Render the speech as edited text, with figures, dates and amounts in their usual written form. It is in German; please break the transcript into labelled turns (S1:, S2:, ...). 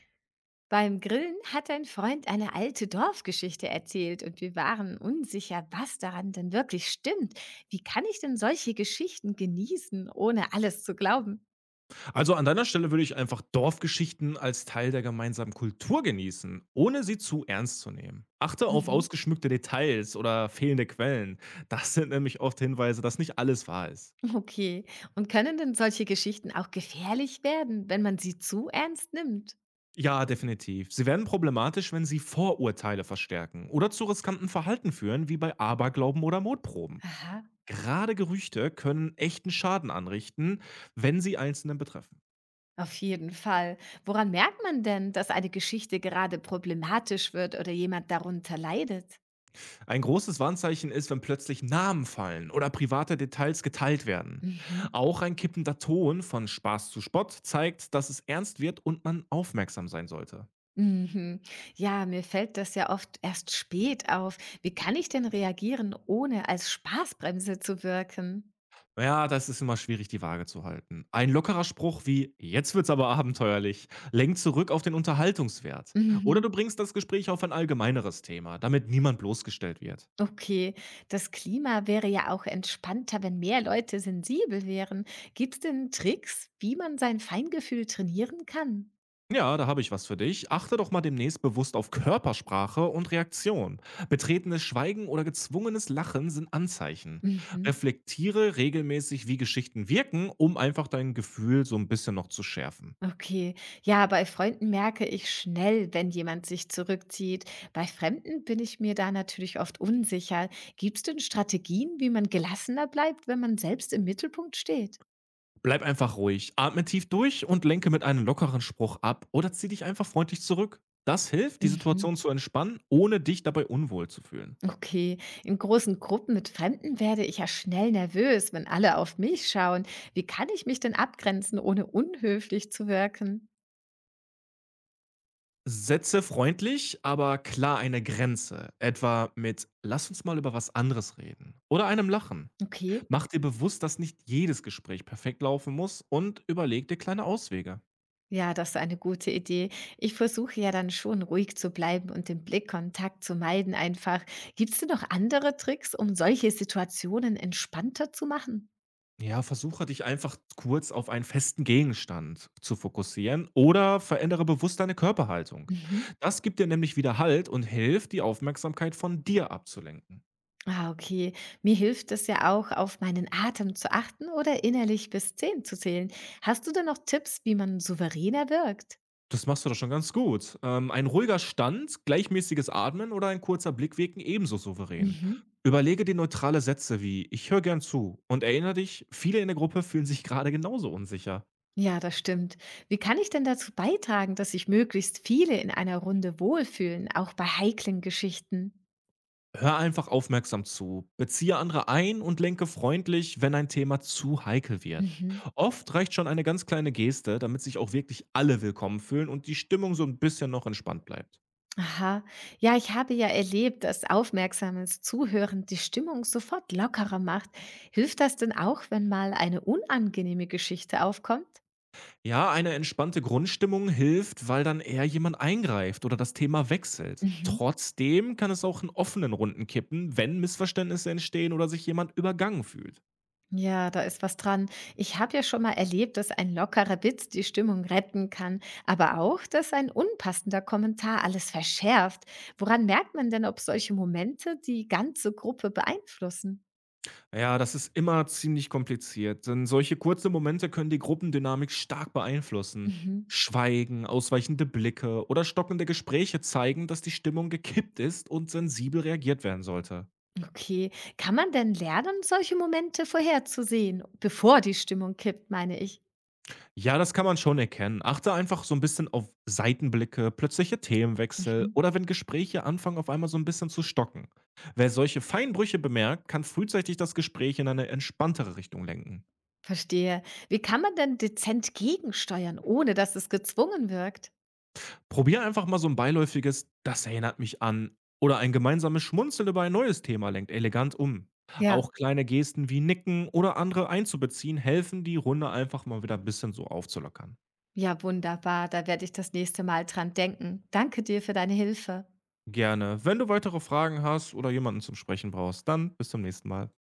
S1: Beim Grillen hat ein Freund eine alte Dorfgeschichte erzählt und wir waren unsicher, was daran denn wirklich stimmt. Wie kann ich denn solche Geschichten genießen, ohne alles zu glauben?
S2: Also an deiner Stelle würde ich einfach Dorfgeschichten als Teil der gemeinsamen Kultur genießen, ohne sie zu ernst zu nehmen. Achte auf
S1: Mhm.
S2: ausgeschmückte Details oder fehlende Quellen. Das sind nämlich oft Hinweise, dass nicht alles wahr ist.
S1: Okay. Und können denn solche Geschichten auch gefährlich werden, wenn man sie zu ernst nimmt?
S2: Ja, definitiv. Sie werden problematisch, wenn sie Vorurteile verstärken oder zu riskanten Verhalten führen, wie bei Aberglauben oder Mutproben.
S1: Aha.
S2: Gerade Gerüchte können echten Schaden anrichten, wenn sie Einzelnen betreffen.
S1: Auf jeden Fall. Woran merkt man denn, dass eine Geschichte gerade problematisch wird oder jemand darunter leidet?
S2: Ein großes Warnzeichen ist, wenn plötzlich Namen fallen oder private Details geteilt werden.
S1: Mhm.
S2: Auch ein kippender Ton von Spaß zu Spott zeigt, dass es ernst wird und man aufmerksam sein sollte.
S1: Mhm. Ja, mir fällt das ja oft erst spät auf. Wie kann ich denn reagieren, ohne als Spaßbremse zu wirken?
S2: Ja, das ist immer schwierig, die Waage zu halten. Ein lockerer Spruch wie Jetzt wird's aber abenteuerlich lenkt zurück auf den Unterhaltungswert. Oder du
S1: Mhm.
S2: bringst das Gespräch auf ein allgemeineres Thema, damit niemand bloßgestellt wird.
S1: Okay, das Klima wäre ja auch entspannter, wenn mehr Leute sensibel wären. Gibt es denn Tricks, wie man sein Feingefühl trainieren kann?
S2: Ja, da habe ich was für dich. Achte doch mal demnächst bewusst auf Körpersprache und Reaktion. Betretenes Schweigen oder gezwungenes Lachen sind Anzeichen.
S1: Mhm.
S2: Reflektiere regelmäßig, wie Geschichten wirken, um einfach dein Gefühl so ein bisschen noch zu schärfen.
S1: Okay, ja, bei Freunden merke ich schnell, wenn jemand sich zurückzieht. Bei Fremden bin ich mir da natürlich oft unsicher. Gibt es denn Strategien, wie man gelassener bleibt, wenn man selbst im Mittelpunkt steht?
S2: Bleib einfach ruhig, atme tief durch und lenke mit einem lockeren Spruch ab oder zieh dich einfach freundlich zurück. Das hilft, die
S1: Mhm.
S2: Situation zu entspannen, ohne dich dabei unwohl zu fühlen.
S1: Okay, in großen Gruppen mit Fremden werde ich ja schnell nervös, wenn alle auf mich schauen. Wie kann ich mich denn abgrenzen, ohne unhöflich zu wirken?
S2: Setze freundlich, aber klar eine Grenze, etwa mit „Lass uns mal über was anderes reden“ oder einem Lachen.
S1: Okay.
S2: Mach dir bewusst, dass nicht jedes Gespräch perfekt laufen muss und überleg dir kleine Auswege.
S1: Ja, das ist eine gute Idee. Ich versuche ja dann schon ruhig zu bleiben und den Blickkontakt zu meiden einfach. Gibt es denn noch andere Tricks, um solche Situationen entspannter zu machen?
S2: Ja, versuche dich einfach kurz auf einen festen Gegenstand zu fokussieren oder verändere bewusst deine Körperhaltung.
S1: Mhm.
S2: Das gibt dir nämlich wieder Halt und hilft, die Aufmerksamkeit von dir abzulenken.
S1: Ah, okay. Mir hilft es ja auch, auf meinen Atem zu achten oder innerlich bis zehn zu zählen. Hast du denn noch Tipps, wie man souveräner wirkt?
S2: Das machst du doch schon ganz gut. Ein ruhiger Stand, gleichmäßiges Atmen oder ein kurzer Blick wirken ebenso souverän.
S1: Mhm.
S2: Überlege dir neutrale Sätze wie ich höre gern zu und erinnere dich, viele in der Gruppe fühlen sich gerade genauso unsicher.
S1: Ja, das stimmt. Wie kann ich denn dazu beitragen, dass sich möglichst viele in einer Runde wohlfühlen, auch bei heiklen Geschichten?
S2: Hör einfach aufmerksam zu, beziehe andere ein und lenke freundlich, wenn ein Thema zu heikel wird.
S1: Mhm.
S2: Oft reicht schon eine ganz kleine Geste, damit sich auch wirklich alle willkommen fühlen und die Stimmung so ein bisschen noch entspannt bleibt.
S1: Aha. Ja, ich habe ja erlebt, dass aufmerksames Zuhören die Stimmung sofort lockerer macht. Hilft das denn auch, wenn mal eine unangenehme Geschichte aufkommt?
S2: Ja, eine entspannte Grundstimmung hilft, weil dann eher jemand eingreift oder das Thema wechselt.
S1: Mhm.
S2: Trotzdem kann es auch in offenen Runden kippen, wenn Missverständnisse entstehen oder sich jemand übergangen fühlt.
S1: Ja, da ist was dran. Ich habe ja schon mal erlebt, dass ein lockerer Witz die Stimmung retten kann, aber auch, dass ein unpassender Kommentar alles verschärft. Woran merkt man denn, ob solche Momente die ganze Gruppe beeinflussen?
S2: Ja, das ist immer ziemlich kompliziert, denn solche kurzen Momente können die Gruppendynamik stark beeinflussen.
S1: Mhm.
S2: Schweigen, ausweichende Blicke oder stockende Gespräche zeigen, dass die Stimmung gekippt ist und sensibel reagiert werden sollte.
S1: Okay, kann man denn lernen, solche Momente vorherzusehen, bevor die Stimmung kippt, meine ich?
S2: Ja, das kann man schon erkennen. Achte einfach so ein bisschen auf Seitenblicke, plötzliche Themenwechsel
S1: Mhm.
S2: oder wenn Gespräche anfangen, auf einmal so ein bisschen zu stocken. Wer solche Feinbrüche bemerkt, kann frühzeitig das Gespräch in eine entspanntere Richtung lenken.
S1: Verstehe. Wie kann man denn dezent gegensteuern, ohne dass es gezwungen wirkt?
S2: Probier einfach mal so ein beiläufiges „Das erinnert mich an“ oder ein gemeinsames Schmunzeln über ein neues Thema lenkt elegant um.
S1: Ja,
S2: Auch kleine Gesten wie Nicken oder andere einzubeziehen, helfen, die Runde einfach mal wieder 'n bisschen so aufzulockern.
S1: Ja, wunderbar. Da werde ich das nächste Mal dran denken. Danke dir für deine Hilfe.
S2: Gerne. Wenn du weitere Fragen hast oder jemanden zum Sprechen brauchst, dann bis zum nächsten Mal.